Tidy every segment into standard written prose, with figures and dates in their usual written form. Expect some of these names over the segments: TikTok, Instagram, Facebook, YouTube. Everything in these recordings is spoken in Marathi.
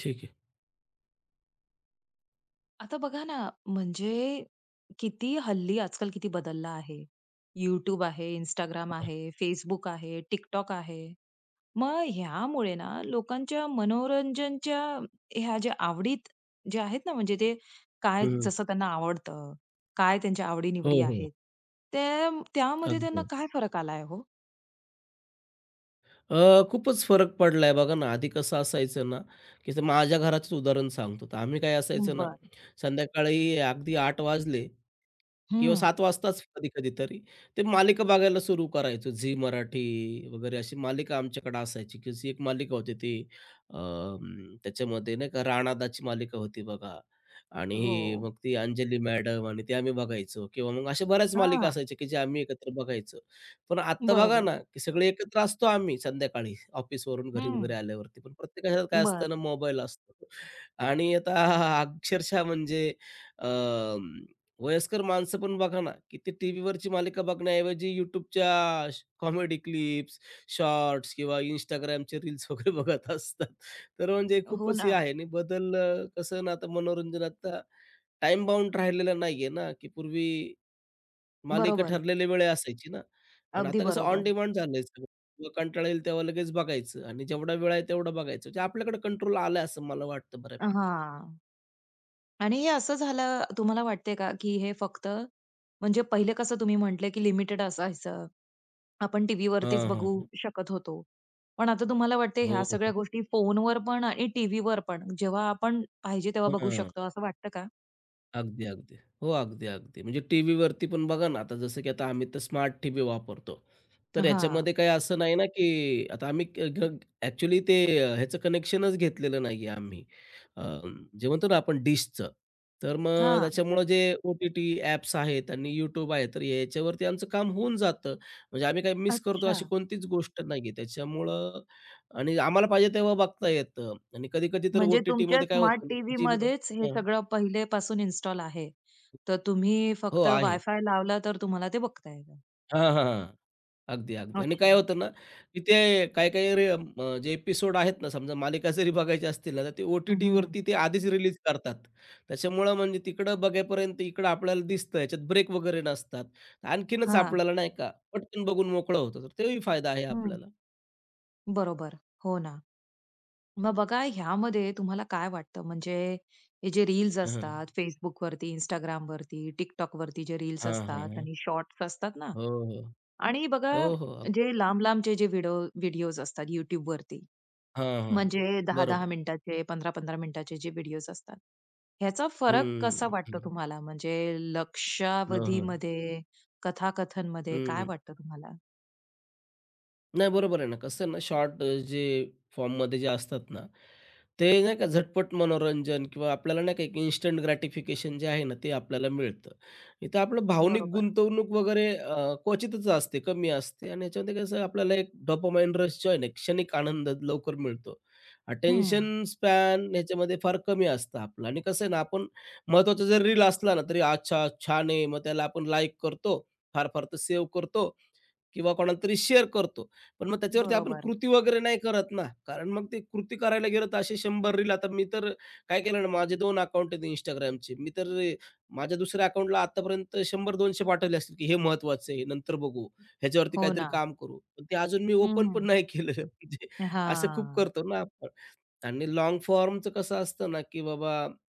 ठीक आहे. आता बघा ना, म्हणजे किती हल्ली आजकाल किती बदलला आहे. YouTube आहे, इंस्टाग्राम हां. आहे, Facebook आहे, TikTok आहे. मग ह्यामुळे ना लोकांच्या मनोरंजनच्या ह्या ज्या आवडीत जे आहेत ना, म्हणजे ते काय हं. जसं त्यांना आवडतं, काय त्यांच्या हो, आवडी-निवडी हो. आहेत, त्यामध्ये त्यांना अगदी, काय फरक आलाय हो? खूपच फरक पडलाय बघा ना, आधी कसं असायचं ना, की तर माझ्या घराचंच उदाहरण सांगतो. तर आम्ही काय असायचं ना, बरं. संध्याकाळी अगदी 8 वाजले किंवा हं. 7 वाजताच कधी-कधी तरी, ते मालिका बघायला सुरू करायचो. झी मराठी वगैरे अशी मालिका आमच्याकडे असायची, की जी एक मालिका होती ती त्याच्यामध्ये नाही का राणादाची मालिका होती बघा आणि हो. ही मग ती अंजली मॅडम आणि ते आम्ही बघायचो किंवा मग अशा बऱ्याच मालिका हां. असायच्या, की जे आम्ही एकत्र बघायचो. पण आता बघा बरोबर. ना, की सगळे एकत्र असतो आम्ही संध्याकाळी ऑफिसवरून घरी हं. वगैरे आल्यावरती. पण प्रत्येकाच्या हातात काय असतं बरं. ना, मोबाईल असतो आणि आता अक्षरशः म्हणजे अं, वयस्कर माणसं पण बघा ना, की ते टीव्हीवरची मालिका बघण्याऐवजी YouTubeच्या कॉमेडी क्लिप्स, शॉर्ट्स किंवा Instagramचे रील्स वगैरे बघत असतात. तर म्हणजे हो खूपच ना. हे आहे आणि बदल कसं ना, आता मनोरंजन आता टाईम बाउंड राहिलेला नाहीये ना, की पूर्वी मालिका बरोबर. ठरलेल्या वेळे असायची ना आणि अगदी आता कसं ऑन बरोबर. डिमांड झालंय सगळं. जेव्हा कंटाळा येईल तेव्हा लगेच बघायचं आणि जेवढा वेळ आहे तेवढं बघायचं. म्हणजे आपल्याकडे कंट्रोल आलाय असं मला वाटतं बऱ्यापैकी. हां. आणि हे असं झालं तुम्हाला वाटते का, की हे फक्त म्हणजे पहिले कसं तुम्ही म्हटले, की लिमिटेड असायचं. आपण टीव्हीवरतीच हां, हां. बघू शकत होतो. पण आता तुम्हाला वाटते ह्या हो, सगळ्या हो. गोष्टी फोनवर पण आणि टीव्हीवर पण जेव्हा आपण पाहिजे तेव्हा बघू हां. शकतो असं वाटतं का? अगदी, अगदी. हो, अगदी, अगदी. म्हणजे टीव्हीवरती पण बघा ना, आता जसं की आता आम्ही तर स्मार्ट टीव्ही वापरतो. तर हां, याच्यामध्ये काही असं नाही ना, की आता आम्ही क घ ॲक्चुअली ते ह्याचं कनेक्शनच घेतलेलं नाहीये आम्ही. अ, जे म्हणतो ना आपण डिशचं. तर मग हां. त्याच्यामुळं जे ओ-टी-टी ॲप्स आहेत आणि YouTube आहे, तर याच्यावरती आमचं काम होऊन जातं. म्हणजे आम्ही काही मिस करतो अच्छा. अशी कोणतीच गोष्ट नाहीये. त्याच्यामुळं आणि आम्हाला पाहिजे तेव्हा बघता येतं आणि कधी-कधी तर म्हणजे तुमच्या ओ-टी-टीमध्ये काय स्मार्ट होतं, ना, जी टीव्हीमध्येच हे हां. सगळं पहिलेपासून इन्स्टॉल आहे. तर तुम्ही हो, फक्त आहे. वायफाय लावला तर तुम्हाला ते बघता येतं. हां, हां, हां. अगदी, अगदी. आणि काय अच्छा. होतं ना, की ते काही-काही रे जे एपिसोड आहेत ना, समजा मालिका जरी बघायच्या असतील ना, तर ते हं. ओ-टी-टीवरती ते आधीच रिलीज करतात. त्याच्यामुळं म्हणजे तिकडं बघेपर्यंत इकडं आपल्याला दिसतं, याच्यात ब्रेक वगैरे नसतात. आणखीनच हां. आपल्याला नाही का, पटकन बघून मोकळं होतं. तर तोही फायदा आहे हं. आपल्याला. बरोबर. हो ना. मग बघा ह्यामध्ये तुम्हाला काय वाटतं म्हणजे हे जे रील्स हां, असतात Facebook वरती, Instagramवरती, वरती टिकटॉक वरती जे रील्स हां, हां, असतात हां. आणि शॉर्ट्स असतात ना हो, हो. आणि बघा हो, हो. जे लांब-लांबचे जे व्हिडिओज असतात YouTubeवरती हां, हां. म्हणजे बरोबर. 10-10 मिनिटाचे, 15-15 मिनिटाचे जे व्हिडिओज असतात. ह्याचा फरक कसा हं, हं. वाटतो तुम्हाला? म्हणजे हं, हं. लक्षावधीमध्ये, कथाकथनमध्ये काय हं. वाटतं तुम्हाला? नाही, बरोबर आहे ना. कसं आहे ना शॉर्ट जे फॉर्ममध्ये जे असतात ना, ते नाही का झटपट मनोरंजन किंवा आपल्याला नाही का एक इन्स्टंट ग्रॅटिफिकेशन जे आहे ना, ते आपल्याला मिळतं. इथं आपलं भावनिक बरोबर. गुंतवणूक वगैरे क्वचितच असते, कमी असते आणि याच्यामध्ये कसं आपल्याला एक डोपामाइन रश जो आहे ना, एक क्षणिक आनंद लवकर मिळतो. हं. अटेन्शन स्पॅन याच्यामध्ये फार कमी असतं आपलं आणि कसं आहे ना, आपण महत्त्वाचा जर रील असला ना, तरी अच्छा छान आहे. मग त्याला आपण लाईक करतो, फार-फार तर सेव्ह करतो किंवा कोणाला तरी शेअर करतो. पण मग त्याच्यावरती आपण बरोबर. कृती वगैरे नाही करत ना, कारण मग ते कृती करायला गेलं तर असे 100 रील आता मी तर काय केलं ना, माझे 2 अकाउंट आहेत Instagramचे. मी तर अ, माझ्या दुसऱ्या अकाउंटला आतापर्यंत 100-200 पाठवले असतील, की हे महत्वाचं आहे, नंतर बघू, ह्याच्यावरती हो काहीतरी ना. काम करू. पण ते अजून मी ओपन हं. पण नाही केलं. म्हणजे असं खूप हां. करतो ना आपण. आणि लाँग फॉर्मचं कसं असतं ना, की बाबा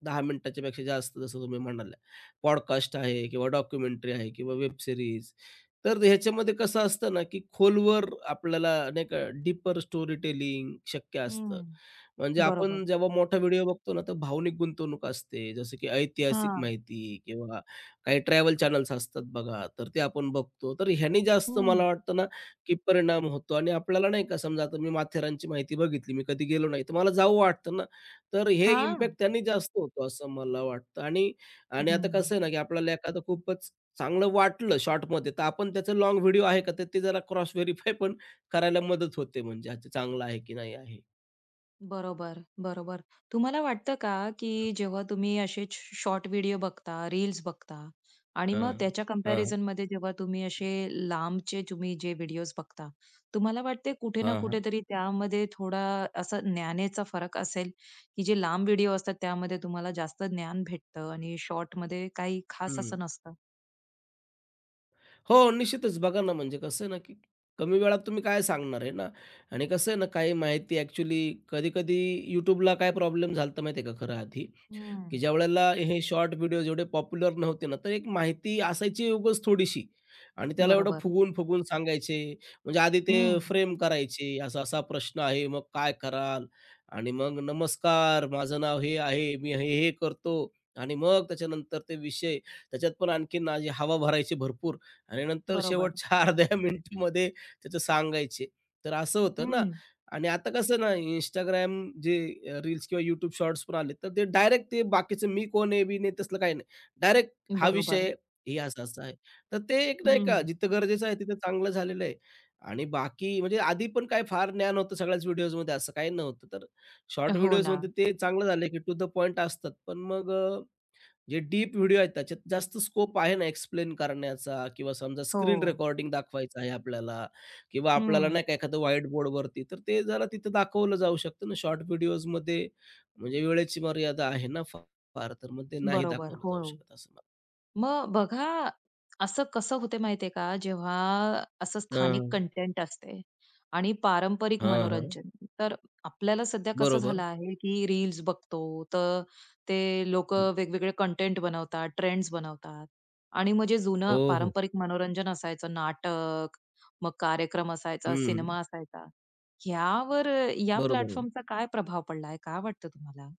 10 मिनिटाच्या पेक्षा जास्त जसं तुम्ही म्हणाल्या, पॉडकास्ट आहे किंवा डॉक्युमेंटरी आहे किंवा वेब सीरीज. तर ह्याच्यामध्ये कसं असतं ना, की खोलवर आपल्याला नाही का डीपर स्टोरी टेलिंग शक्य असतं. हं. म्हणजे बरोबर. आपण जेव्हा मोठा व्हिडिओ बघतो ना, तर भावनिक गुंतवणूक असते. जसं की ऐतिहासिक हां. माहिती किंवा काही ट्रॅव्हल चॅनल्स असतात बघा, तर ते आपण बघतो. तर ह्यानी जास्त मला हं. वाटतं ना, की परिणाम होतो आणि आपल्याला नाही का समजा आता मी माथेरानची माहिती बघितली, मी कधी गेलो नाही, तर मला जावं वाटतं ना. तर हे हां. इम्पॅक्ट त्यांनी जास्त होतो असं मला वाटतं आणि आणि आता हं. कसं आहे ना, की आपल्याला एखादं खूपच चांगलं वाटलं शॉर्टमध्ये, तर आपण त्याचं लाँग व्हिडिओ आहे का, तर ते जरा क्रॉस व्हेरिफाय पण करायला मदत होते म्हणजे अच्छा चांगलं आहे की नाही आहे. बरोबर, बरोबर. तुम्हाला वाटतं का, की जेव्हा तुम्ही असे शॉर्ट व्हिडिओ बघता, रील्स बघता आणि मग हां, त्याच्या हां, कंपॅरिझनमध्ये जेव्हा तुम्ही असे लांबचे तुम्ही जे व्हिडिओज बघता, तुम्हाला वाटते कुठे ना हां, हां. कुठेतरी त्यामध्ये थोडा असा ज्ञानेचा फरक असेल, की जे लांब व्हिडिओ असतात त्यामध्ये तुम्हाला जास्त ज्ञान भेटतं आणि शॉर्टमध्ये काही खास असं नसतं? हो, निश्चितच. बघा ना, म्हणजे कसं आहे ना, की कमी वेळात तुम्ही काय सांगणार आहे ना आणि कसं आहे ना, काही माहिती ॲक्चुअली कधी-कधी YouTubeला काय प्रॉब्लेम झाला होता माहिती आहे का खरं आधी, की हं. ज्यावेळेला हे शॉर्ट व्हिडिओज एवढे पॉप्युलर नव्हते ना, तर एक माहिती असायची उगाच थोडीशी आणि त्याला एवढं बरोबर. फुगून-फुगून सांगायचे. म्हणजे आधी हं. ते फ्रेम करायचे, असा-असा प्रश्न आहे, मग काय कराल? आणि मग नमस्कार, माझं नाव हे आहे, मी हे-हे करतो आणि मग त्याच्यानंतर ते विषय, त्याच्यात पण आणखीन अशी हवा भरायची भरपूर आणि नंतर बरोबर. शेवटच्या अर्ध्या मिनिटमध्ये त्याचं सांगायचे. तर असं होतं ना हं. आणि आता कसं ना इंस्टाग्राम जे रील्स किंवा YouTube शॉर्ट्स पण आले, तर ते डायरेक्ट ते बाकीचं मी कोण आहे, मी नाही तसलं काही नाही. डायरेक्ट हा बरोबर. विषय हे असं-असं आहे. तर ते एक नाही हं. का जिथं गरजेचं आहे तिथं चांगलं झालेलं आहे. आणि बाकी म्हणजे आधी पण काय फार ज्ञान होतं सगळ्याच व्हिडिओजमध्ये असं काही नव्हतं. तर शॉर्ट हो ना. व्हिडिओजमध्ये ते चांगलं झालं, की टू द पॉइंट असतात. पण मग जे डीप व्हिडिओ आहेत त्याच्यात जास्त स्कोप आहे ना एक्सप्लेन करण्याचा किंवा समजा स्क्रीन हो. रेकॉर्डिंग दाखवायचं आहे आपल्याला किंवा आपल्याला हं. नाही का एखादं व्हाईट बोर्डवरती तर ते जरा तिथं दाखवलं जाऊ शकतं ना शॉर्ट व्हिडिओजमध्ये म्हणजे वेळेची मर्यादा आहे ना फार फार, तर मग ते नाही बरोबर. दाखवलं हो. जाऊ शकत असं मला मग बघा, असं कसं होते माहितीये का, जेव्हा असं स्थानिक हां, कंटेंट असते आणि पारंपरिक हां, हां. मनोरंजन, तर आपल्याला सध्या कसं बरोबर. झालं आहे, की रील्स बघतो, तर ते लोकं वेगवेगळे कंटेंट बनवतात, ट्रेंड्स बनवतात आणि मग जे जुनं हो, हो. पारंपरिक मनोरंजन असायचं, नाटक, मग कार्यक्रम असायचा, हं, सिनेमा असायचा, ह्यावर या बरोबर आहे. प्लॅटफॉर्मचा काय प्रभाव पडला काय वाटतं तुम्हाला?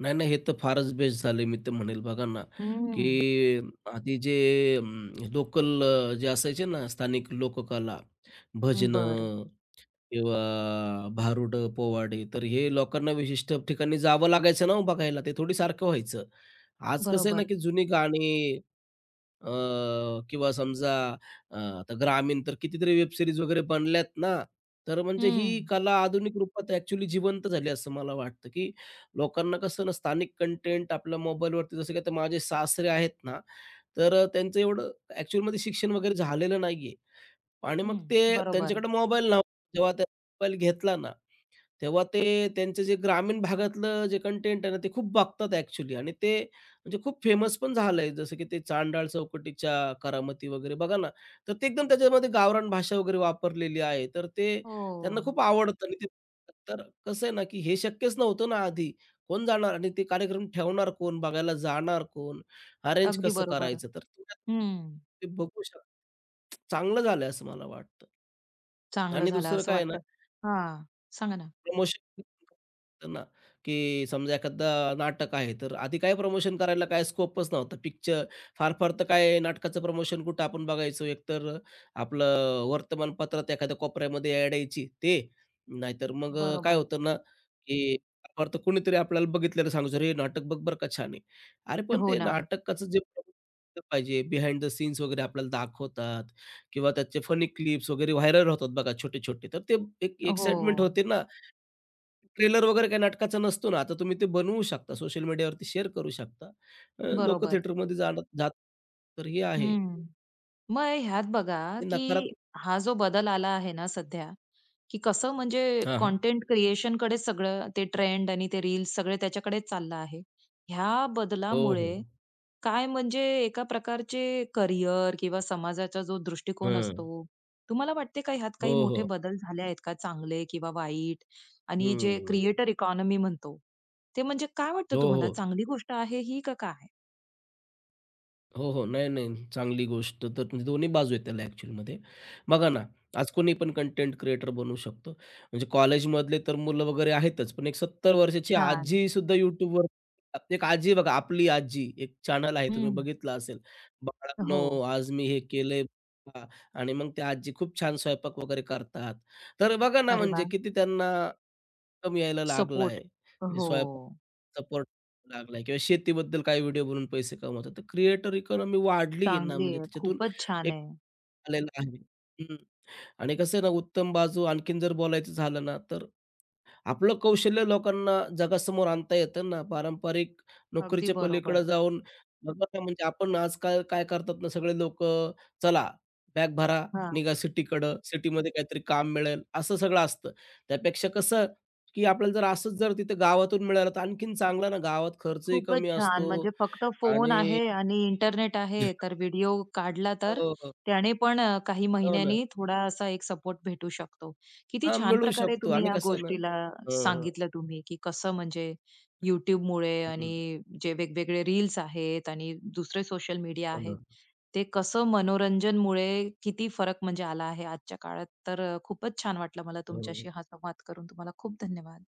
नाही, नाही. हे तर फारच बेस्ट झाले मी तर म्हणेल. बघा ना, हम्म. की आधी जे लोकल जे असायचे ना स्थानिक लोककला, बरं. भजनं किंवा भारुड पोवाडे, तर हे लोकांना विशिष्ट ठिकाणी जावं लागायचं ना हो बघायला. ते थोडी सारखं व्हायचं. आज कसं आहे ना, बरोबर. की जुनी गाणी अ, किंवा समजा आता ग्रामीण तर कितीतरी वेब सीरीज वगैरे बनल्यात ना, तर म्हणजे ही हं. कला आधुनिक रूपात ॲक्चुअली जिवंत झाली असं मला वाटतं, की लोकांना कसं ना स्थानिक कंटेंट आपल्या मोबाईलवरती जसं की आता माझे सासरे आहेत ना, तर त्यांचं एवढं ॲक्चुअलमध्ये शिक्षण वगैरे झालेलं नाहीये आणि मग हं. ते बरोबर. त्यांच्याकडे मोबाईल नव्हता. जेव्हा त्यांनी मोबाईल घेतला ना, तेव्हा ते त्यांचं जे ग्रामीण भागातलं जे कंटेंट आहे ना, ते खूप बघतात ॲक्चुअली आणि ते म्हणजे खूप फेमस पण झालंय. जसं की ते चांडाळ चौकटीच्या करामती वगैरे बघा ना, तर ते एकदम त्याच्यामध्ये गावरान भाषा वगैरे वापरलेली आहे. तर ते त्यांना हो. खूप आवडतं आणि ते तर कसं आहे ना, की हे शक्यच नव्हतं ना आधी. कोण जाणार आणि ते कार्यक्रम ठेवणार कोण? बघायला जाणार कोण? अरेंज अगदी कसं बरोबर. करायचं? तर हं. ते बघू शकता. चांगलं झालंय असं मला वाटतं. चांगलं आणि झालं दुसरं असं काय आहे ना वाटतं. हां. सांगा ना. प्रमोशन ना, की समजा एखादं नाटक आहे, तर आधी काय प्रमोशन करायला काय स्कोपच नव्हता. पिक्चर फार फार तर काय नाटकाचं प्रमोशन कुठं आपण बघायचो. एकतर आपलं वर्तमानपत्रात एखाद्या कोपऱ्यामध्ये ॲड यायची ते, नाहीतर मग काय बरोबर. होतं ना, की फार फार तर कोणीतरी आपल्याला बघितलेलं सांगायचं, हे नाटक बघ बरं का छान आहे." अरे, पण हो ते ना. नाटकाचं जे पाहिजे बिहाइंड द सीन्स वगैरे आपल्याला दाखवतात किंवा त्याचे फनी क्लिप्स वगैरे व्हायरल होतात बघा छोटे-छोटे. तर ते एक हो. एक्साइटमेंट होते ना, ट्रेलर वगैरे काही नाटकाचा नसतो ना, आता तुम्ही ते बनवू शकता, सोशल मीडियावरती शेअर करू शकता. लोकं बरोबर. थिएटरमध्ये जाणं जात तर हे आहे. हं. मग ह्यात बघा, हे की नकारात्मक हा जो बदल आला आहे ना सध्या, की कसं म्हणजे हां, हां. कंटेंट कड़े सगळं ते ट्रेंड आणि ते रील्स सगळे त्याच्याकडेच चाललं आहे. ह्या हो, हो. बदलामुळे काय म्हणजे एका प्रकारचे करिअर किंवा समाजाचा जो दृष्टिकोन हं. असतो, तुम्हाला वाटते का ह्यात काही हो, मोठे हो. बदल झाले आहेत का चांगले किंवा वाईट? आणि जे हं. क्रिएटर इकॉनॉमी म्हणतो, ते म्हणजे काय वाटतं हो, तुम्हाला हो. चांगली गोष्ट आहे ही का काय? हो, हो. नाही, नाही. चांगली गोष्ट तर म्हणजे दोन्ही बाजू आहेत त्याला ॲक्चुअलमध्ये. बघा ना, आज कोणी पण कंटेंट क्रिएटर बनू शकतो. म्हणजे कॉलेजमधले तर मुलं वगैरे आहेतच, पण एक 70 वर्षाची छान. आजीसुद्धा YouTubeवर एक आजी बघा, आपली आजी एक चॅनल आहे तुम्ही हं. बघितलं असेल. हो. "बाळांनो, आज मी हे केलंय बघा" आणि मग त्या आजी खूप छान स्वयंपाक वगैरे करतात. तर बघा ना, अरे म्हणजे वाह! किती त्यांना इन्कम यायला सपोर्ट. लागलाय. म्हणजे हो. सपोर्ट लागलाय किंवा शेतीबद्दल काही व्हिडिओ बनवून पैसे कमवतात. तर क्रिएटर इकॉनॉमी वाढली ना, चांगली म्हणजे आहे. त्याच्यातून खूपच छान एक आहे. आलेला आहे. हं. आणि कसं आहे ना, उत्तम बाजू आणखीन जर बोलायचं झालं ना, तर आपलं कौशल्य लोकांना जगासमोर आणता येतं ना. पारंपरिक अगदी नोकरीच्या पलीकडे बरोबर. जाऊन बघा ना, म्हणजे आपण आजकाल काय करतात ना, सगळे लोकं चला बॅग भरा, हां. निघा सिटीकडं, सिटीमध्ये काहीतरी काम मिळेल, असं सगळं असतं. त्यापेक्षा कसं, की आपल्याला जर असंच जर तिथं गावातून मिळालं तर आणखीन चांगलं ना, गावात खर्चही खूपच कमी छान. असतो म्हणजे फक्त फोन आणि आहे आणि इंटरनेट आहे, तर व्हिडिओ काढला तर हो, हो. त्याने पण काही हो ना. महिन्यांनी थोडा असा एक सपोर्ट भेटू शकतो. किती हां, छान मिळू प्रकारे शकतो तुम्ही आणि या कसं आहे ना गोष्टीला हं, हं. सांगितलं तुम्ही, की कसं म्हणजे YouTubeमुळे हं, आणि जे वेगवेगळे रील्स आहेत आणि दुसरे सोशल मीडिया हो ना. आहेत, ते कसं मनोरंजनमुळे किती फरक म्हणजे आला आहे आजच्या काळात. तर खूपच छान वाटलं मला तुमच्याशी हो. हा संवाद करून. तुम्हाला खूप धन्यवाद.